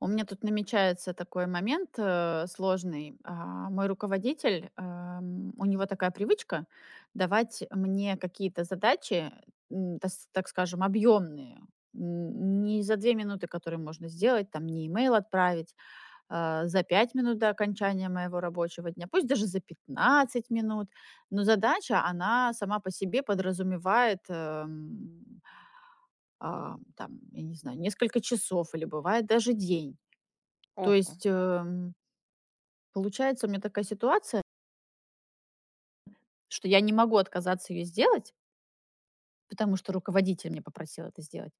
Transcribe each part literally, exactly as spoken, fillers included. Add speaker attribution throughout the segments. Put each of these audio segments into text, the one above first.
Speaker 1: У меня тут намечается такой момент э, сложный. А, Мой руководитель, ам, у него такая привычка давать мне какие-то задачи, м, так, с- так скажем, объемные. Не за две минуты, которые можно сделать, там не имейл отправить, а, за пять минут до окончания моего рабочего дня, пусть даже за пятнадцать минут. Но задача, она сама по себе подразумевает эм, а, там, я не знаю, несколько часов или бывает даже день. То
Speaker 2: Ого.
Speaker 1: есть, эм, получается, у меня такая ситуация, что я не могу отказаться ее сделать, потому что руководитель меня попросил это сделать.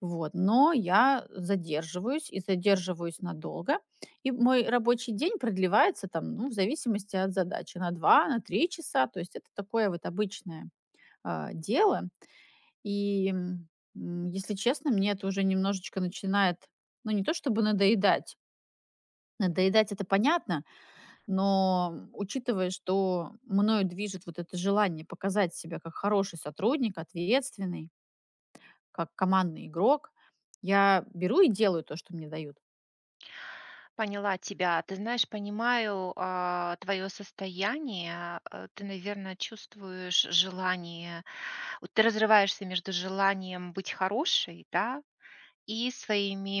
Speaker 1: Вот. Но я задерживаюсь и задерживаюсь надолго. И мой рабочий день продлевается там, ну, в зависимости от задачи, на два, на три часа. То есть это такое вот обычное а, дело. И, м, м, если честно, мне это уже немножечко начинает, ну, не то чтобы надоедать. Надоедать, это понятно. Но, учитывая, что мною движет вот это желание показать себя как хороший сотрудник, ответственный, как командный игрок, я беру и делаю то, что мне дают.
Speaker 2: Поняла тебя. Ты знаешь, понимаю, а, твое состояние. А, Ты, наверное, чувствуешь желание. Вот ты разрываешься между желанием быть хорошей, да, и своими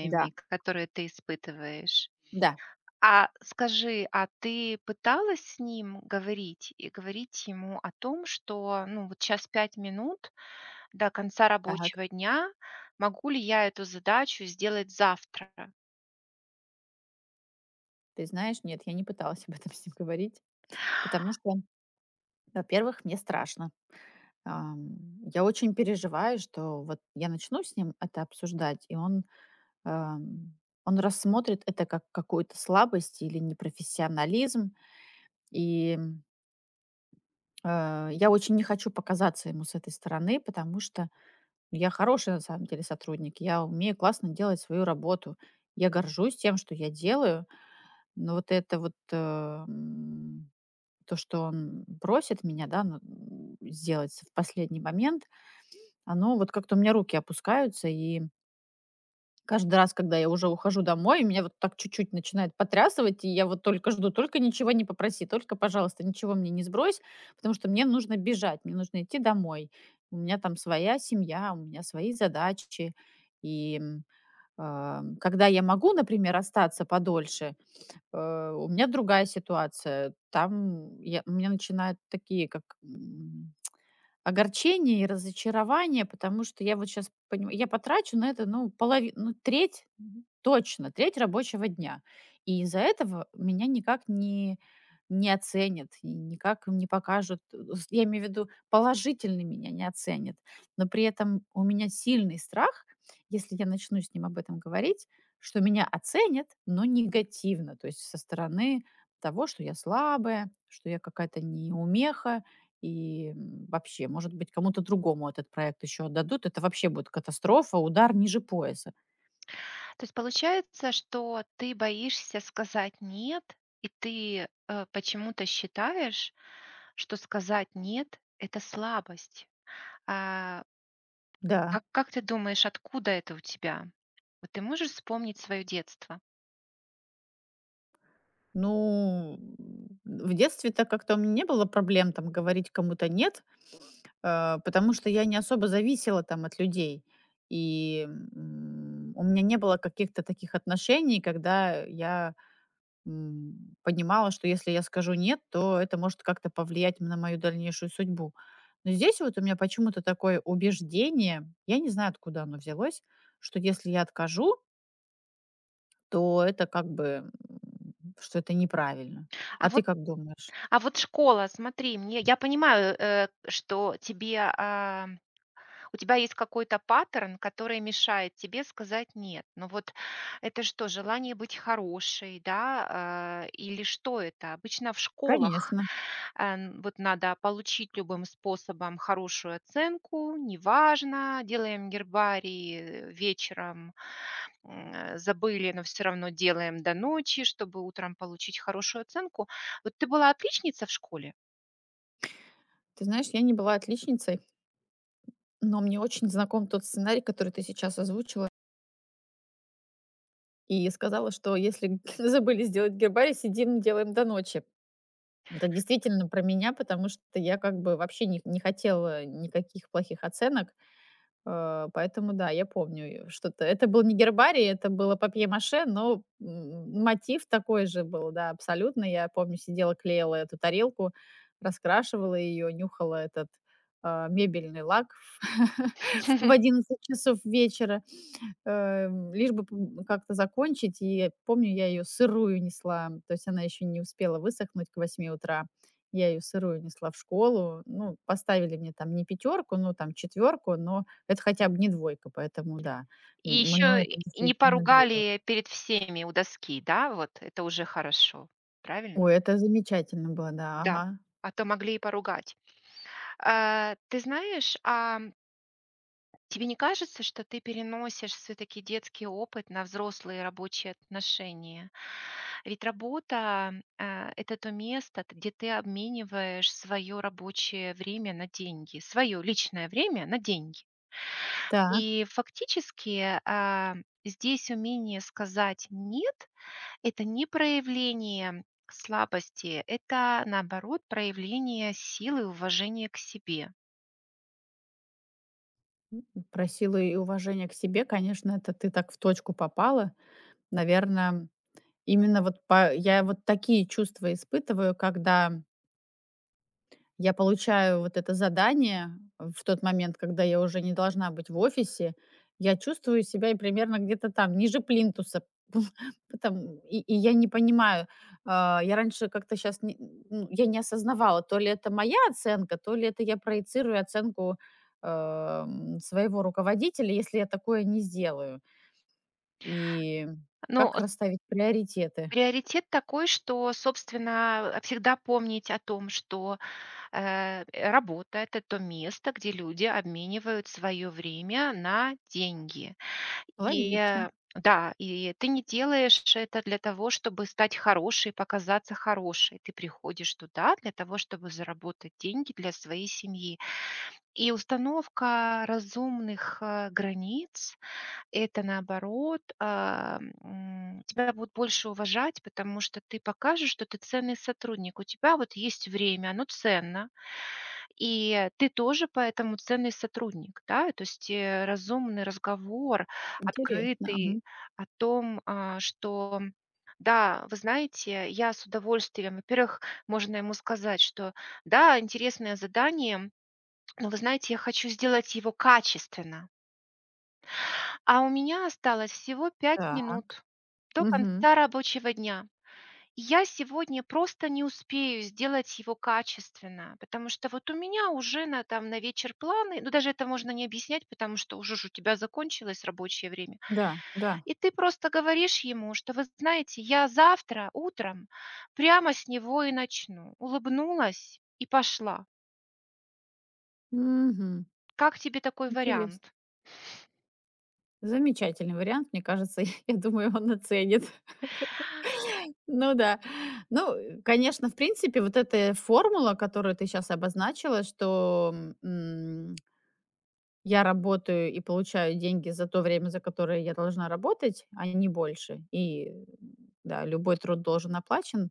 Speaker 1: Да,
Speaker 2: которые ты испытываешь.
Speaker 1: да,
Speaker 2: А скажи, а ты пыталась с ним говорить и говорить ему о том, что, ну, вот сейчас пять минут до конца
Speaker 1: так.
Speaker 2: рабочего дня, могу ли я эту задачу сделать завтра?
Speaker 1: Ты знаешь, нет, я не пыталась об этом с ним говорить, потому что, во-первых, мне страшно. Ам, я очень переживаю, что вот я начну с ним это обсуждать, и он, ам, он рассмотрит это как какую-то слабость или непрофессионализм. И Э, я очень не хочу показаться ему с этой стороны, потому что я хороший на самом деле сотрудник, я умею классно делать свою работу. Я горжусь тем, что я делаю, но вот это вот, эм, то, что он просит меня, да, ну, м, сделать в последний момент, оно вот как-то у меня руки опускаются. И каждый раз, когда я уже ухожу домой, меня вот так чуть-чуть начинает потрясывать, и я вот только жду, только ничего не попроси, только, пожалуйста, ничего мне не сбрось, потому что мне нужно бежать, мне нужно идти домой. У меня там своя семья, у меня свои задачи. И м, а, когда я могу, например, остаться подольше, э, у меня другая ситуация. Там я, у меня начинают такие, как м, огорчение и разочарование, потому что я вот сейчас понимаю, я потрачу на это, ну, полови ну, треть, мгм, точно, треть рабочего дня. И из-за этого меня никак не не оценят, и никак не покажут, э, с я имею в виду, положительно меня не оценят. Но при этом у меня сильный страх, если я начну с ним об этом говорить, что меня оценят, но негативно, то есть со стороны того, что я слабая, что я какая-то неумеха, и, м, вообще, может быть, кому-то другому этот проект еще отдадут. Это вообще будет катастрофа, удар ниже пояса.
Speaker 2: То есть получается, что ты боишься сказать "нет", и ты, э, почему-то считаешь, что сказать "нет" — это слабость. А,
Speaker 1: Да.
Speaker 2: а как ты думаешь, откуда это у тебя? Вот ты можешь вспомнить свое детство?
Speaker 1: Ну, м, в детстве-то как-то у меня не было проблем там говорить кому-то нет, э, потому что я не особо зависела там от людей. И, м, у меня не было каких-то таких отношений, когда я М, понимала, что если я скажу "нет", то это может как-то повлиять на мою дальнейшую судьбу. Но здесь вот у меня почему-то такое убеждение, я не знаю, откуда оно взялось, что если я откажу, то это как бы, м, что это неправильно.
Speaker 2: А
Speaker 1: А ты
Speaker 2: вот
Speaker 1: как думаешь?
Speaker 2: а вот школа, смотри, мне я понимаю, э, что тебе, а, у тебя есть какой-то паттерн, который мешает тебе сказать нет. Но вот это что, желание быть хорошей, да, э, или что это? Обычно в школах
Speaker 1: Конечно.
Speaker 2: э, н- вот надо получить любым способом хорошую оценку, неважно, делаем гербарий э, вечером, м, э, забыли, но все равно делаем до ночи, чтобы утром получить хорошую оценку. Вот ты была отличница в школе?
Speaker 1: Ты знаешь, я не была отличницей, но мне очень знаком тот сценарий, который ты сейчас озвучила и сказала, что если забыли сделать гербарий, сидим, делаем до ночи. Это действительно про меня, потому что я как бы вообще не не хотела никаких плохих оценок, э, поэтому да, я помню, э, что-то это был не гербарий, это было папье-маше, но, м, мотив такой же был, да, абсолютно. Я помню, сидела, клеила эту тарелку, раскрашивала ее, нюхала этот, а, мебельный лак в одиннадцать часов вечера. Эм, лишь бы п как-то закончить. И помню, я ее сырую несла, то есть она еще не успела высохнуть к восьми утра. Я ее сырую несла в школу. Ну, поставили мне там не пятерку, ну, там четверку, но это хотя бы не двойка, поэтому да,
Speaker 2: И
Speaker 1: м мной
Speaker 2: еще
Speaker 1: это
Speaker 2: не
Speaker 1: действительно двигало.
Speaker 2: поругали перед всеми у доски, да, вот это уже хорошо, правильно?
Speaker 1: Ой, это замечательно было, да,
Speaker 2: Да,
Speaker 1: ага.
Speaker 2: а то могли и поругать. А, ты знаешь, а тебе не кажется, что ты переносишь все-таки детский опыт на взрослые рабочие отношения? Ведь работа э, это то место, т- где ты обмениваешь свое рабочее время на деньги, свое личное время на деньги.
Speaker 1: Так,
Speaker 2: И фактически а, здесь умение сказать нет это не проявление слабости, это, наоборот, проявление силы и уважения к себе.
Speaker 1: про силу и уважение к себе, конечно, это ты так в точку попала. Наверное, именно вот по я вот такие чувства испытываю, когда я получаю вот это задание в тот момент, когда я уже не должна быть в офисе. Я чувствую себя и примерно где-то там, ниже плинтуса. Потом, и, и я не понимаю, а, я раньше как-то сейчас, ну, я не осознавала, то ли это моя оценка, то ли это я проецирую оценку эм, своего руководителя, если я такое не сделаю. И
Speaker 2: Ну,
Speaker 1: как
Speaker 2: с
Speaker 1: расставить приоритеты?
Speaker 2: приоритет такой, что, собственно, всегда помнить о том, что, э, работа — это то место, где люди обменивают свое время на деньги. И,
Speaker 1: Логично,
Speaker 2: э, да, и ты не делаешь это для того, чтобы стать хорошей, показаться хорошей. Ты приходишь туда для того, чтобы заработать деньги для своей семьи. И установка разумных, а, границ — это, наоборот, а, м, тебя будут больше уважать, потому что ты покажешь, что ты ценный сотрудник. У тебя вот есть время, оно ценно, и ты тоже поэтому ценный сотрудник, да. То есть, э, разумный разговор,
Speaker 1: интересно.
Speaker 2: открытый
Speaker 1: Мгм.
Speaker 2: о том, а, что: "Да, вы знаете, я с удовольствием". Во-первых, можно ему сказать, что: "Да, интересное задание. Но вы знаете, я хочу сделать его качественно, а у меня осталось всего пять
Speaker 1: Так.
Speaker 2: минут до
Speaker 1: Мгм.
Speaker 2: конца рабочего дня. И я сегодня просто не успею сделать его качественно, потому что вот у меня уже на, там, на вечер планы", ну даже это можно не объяснять, потому что уже ж у тебя закончилось рабочее время.
Speaker 1: Да, да.
Speaker 2: И ты просто говоришь ему, что: "Вы знаете, я завтра утром прямо с него и начну". Улыбнулась и пошла.
Speaker 1: Мгм.
Speaker 2: Как тебе такой
Speaker 1: Интересно.
Speaker 2: вариант?
Speaker 1: Замечательный вариант, мне кажется, я думаю, он оценит. Ну да. Ну, э, конечно, в принципе, вот эта формула, которую ты сейчас обозначила, что м, я работаю и получаю деньги за то время, за которое я должна работать, а не больше. И м, да, любой труд должен оплачен.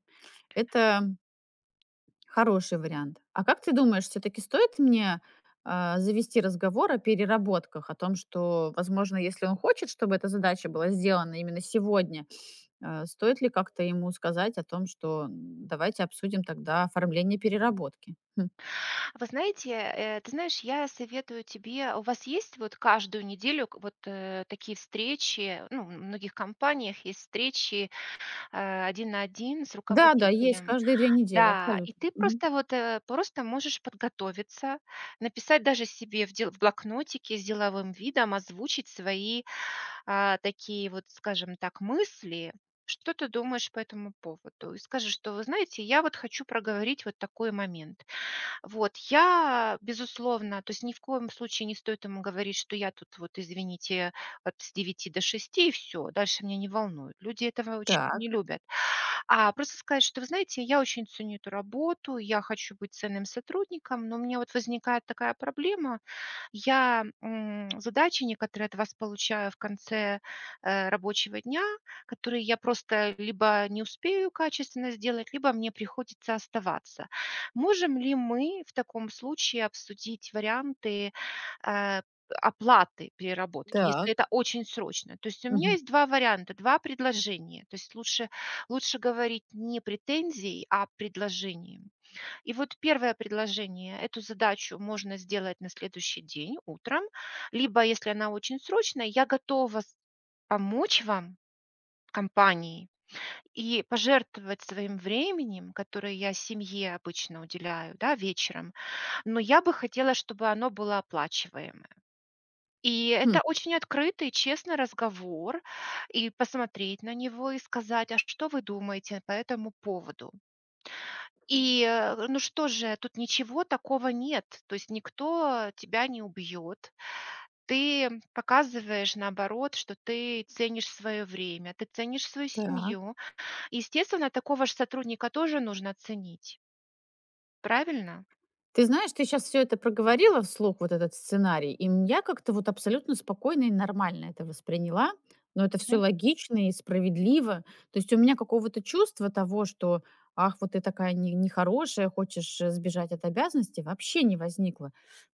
Speaker 1: Это хороший вариант. А как ты думаешь, все таки стоит мне, а, завести разговор о переработках, о том, что, возможно, если он хочет, чтобы эта задача была сделана именно сегодня, э, стоит ли как-то ему сказать о том, что, м, давайте обсудим тогда оформление переработки? Хм.
Speaker 2: А Вы знаете, э, ты знаешь, я советую тебе, у вас есть вот каждую неделю к- вот э, такие встречи, ну, в многих компаниях есть встречи э, один на один с
Speaker 1: Да-да, есть
Speaker 2: руководителем.
Speaker 1: каждые две недели,
Speaker 2: Да, и
Speaker 1: абсолютно.
Speaker 2: ты
Speaker 1: Мгм.
Speaker 2: просто вот э, просто можешь подготовиться, написать даже себе в, дел- в блокнотике с деловым видом, озвучить свои а, такие вот, скажем так, мысли, что ты думаешь по этому поводу? И скажи, что: "Вы знаете, я вот хочу проговорить вот такой момент". Вот, я, безусловно, то есть ни в коем случае не стоит ему говорить, что: "Я тут вот, извините, от с девяти до шести и все, дальше меня не волнует". Люди этого очень
Speaker 1: Так,
Speaker 2: не любят. А просто сказать, что: "Вы знаете, я очень ценю эту работу, я хочу быть ценным сотрудником, но у меня вот возникает такая проблема, я, м, задачи некоторые от вас получаю в конце, э, рабочего дня, которые я просто либо не успею качественно сделать, либо мне приходится оставаться. Можем ли мы в таком случае обсудить варианты, э, оплаты переработки, если
Speaker 1: так.
Speaker 2: это очень срочно?" То есть у меня
Speaker 1: Мгм.
Speaker 2: есть два варианта, два предложения. То есть лучше лучше говорить не претензией, а предложением. И вот первое предложение. Эту задачу можно сделать на следующий день утром, либо, если она очень срочная, я готова с помочь вам, компании, и пожертвовать своим временем, которое я семье обычно уделяю, да, вечером, но я бы хотела, чтобы оно было оплачиваемое. И
Speaker 1: Хм.
Speaker 2: это очень открытый, честный разговор, и посмотреть на него, и сказать: "А что вы думаете по этому поводу?" И, э, ну что же, тут ничего такого нет. То есть никто тебя не убьет. Ты показываешь, наоборот, что ты ценишь свое время, ты ценишь свою
Speaker 1: Так.
Speaker 2: семью. Естественно, такого же сотрудника тоже нужно ценить. Правильно?
Speaker 1: Ты знаешь, ты сейчас все это проговорила вслух, вот этот сценарий, и м, я как-то вот абсолютно спокойно и нормально это восприняла. Но это все
Speaker 2: Мгм.
Speaker 1: логично и справедливо. То есть у меня какого-то чувства того, что: "Ах, вот ты такая не нехорошая, хочешь, э, сбежать от обязанностей", вообще не возникло.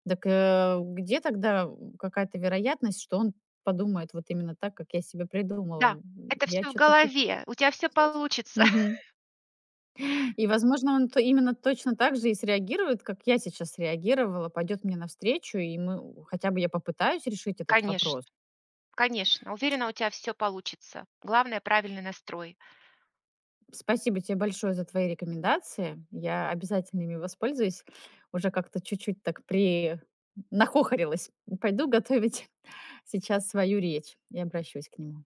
Speaker 1: Так, э, где тогда, какая-то вероятность, что он подумает вот именно так, как я себе придумала?
Speaker 2: Да,
Speaker 1: М,
Speaker 2: это
Speaker 1: я
Speaker 2: все в
Speaker 1: что то
Speaker 2: голове. У тебя все получится.
Speaker 1: и, возможно, он то именно точно так же и среагирует, как я сейчас реагировала, пойдет мне навстречу, и мы хотя бы я попытаюсь решить этот
Speaker 2: Конечно,
Speaker 1: вопрос.
Speaker 2: конечно. Уверена, у тебя все получится. Главное правильный настрой.
Speaker 1: Спасибо тебе большое за твои рекомендации. Я обязательно ими воспользуюсь. Уже как-то чуть-чуть так при нахохорилась. Пойду готовить сейчас свою речь и обращусь к нему.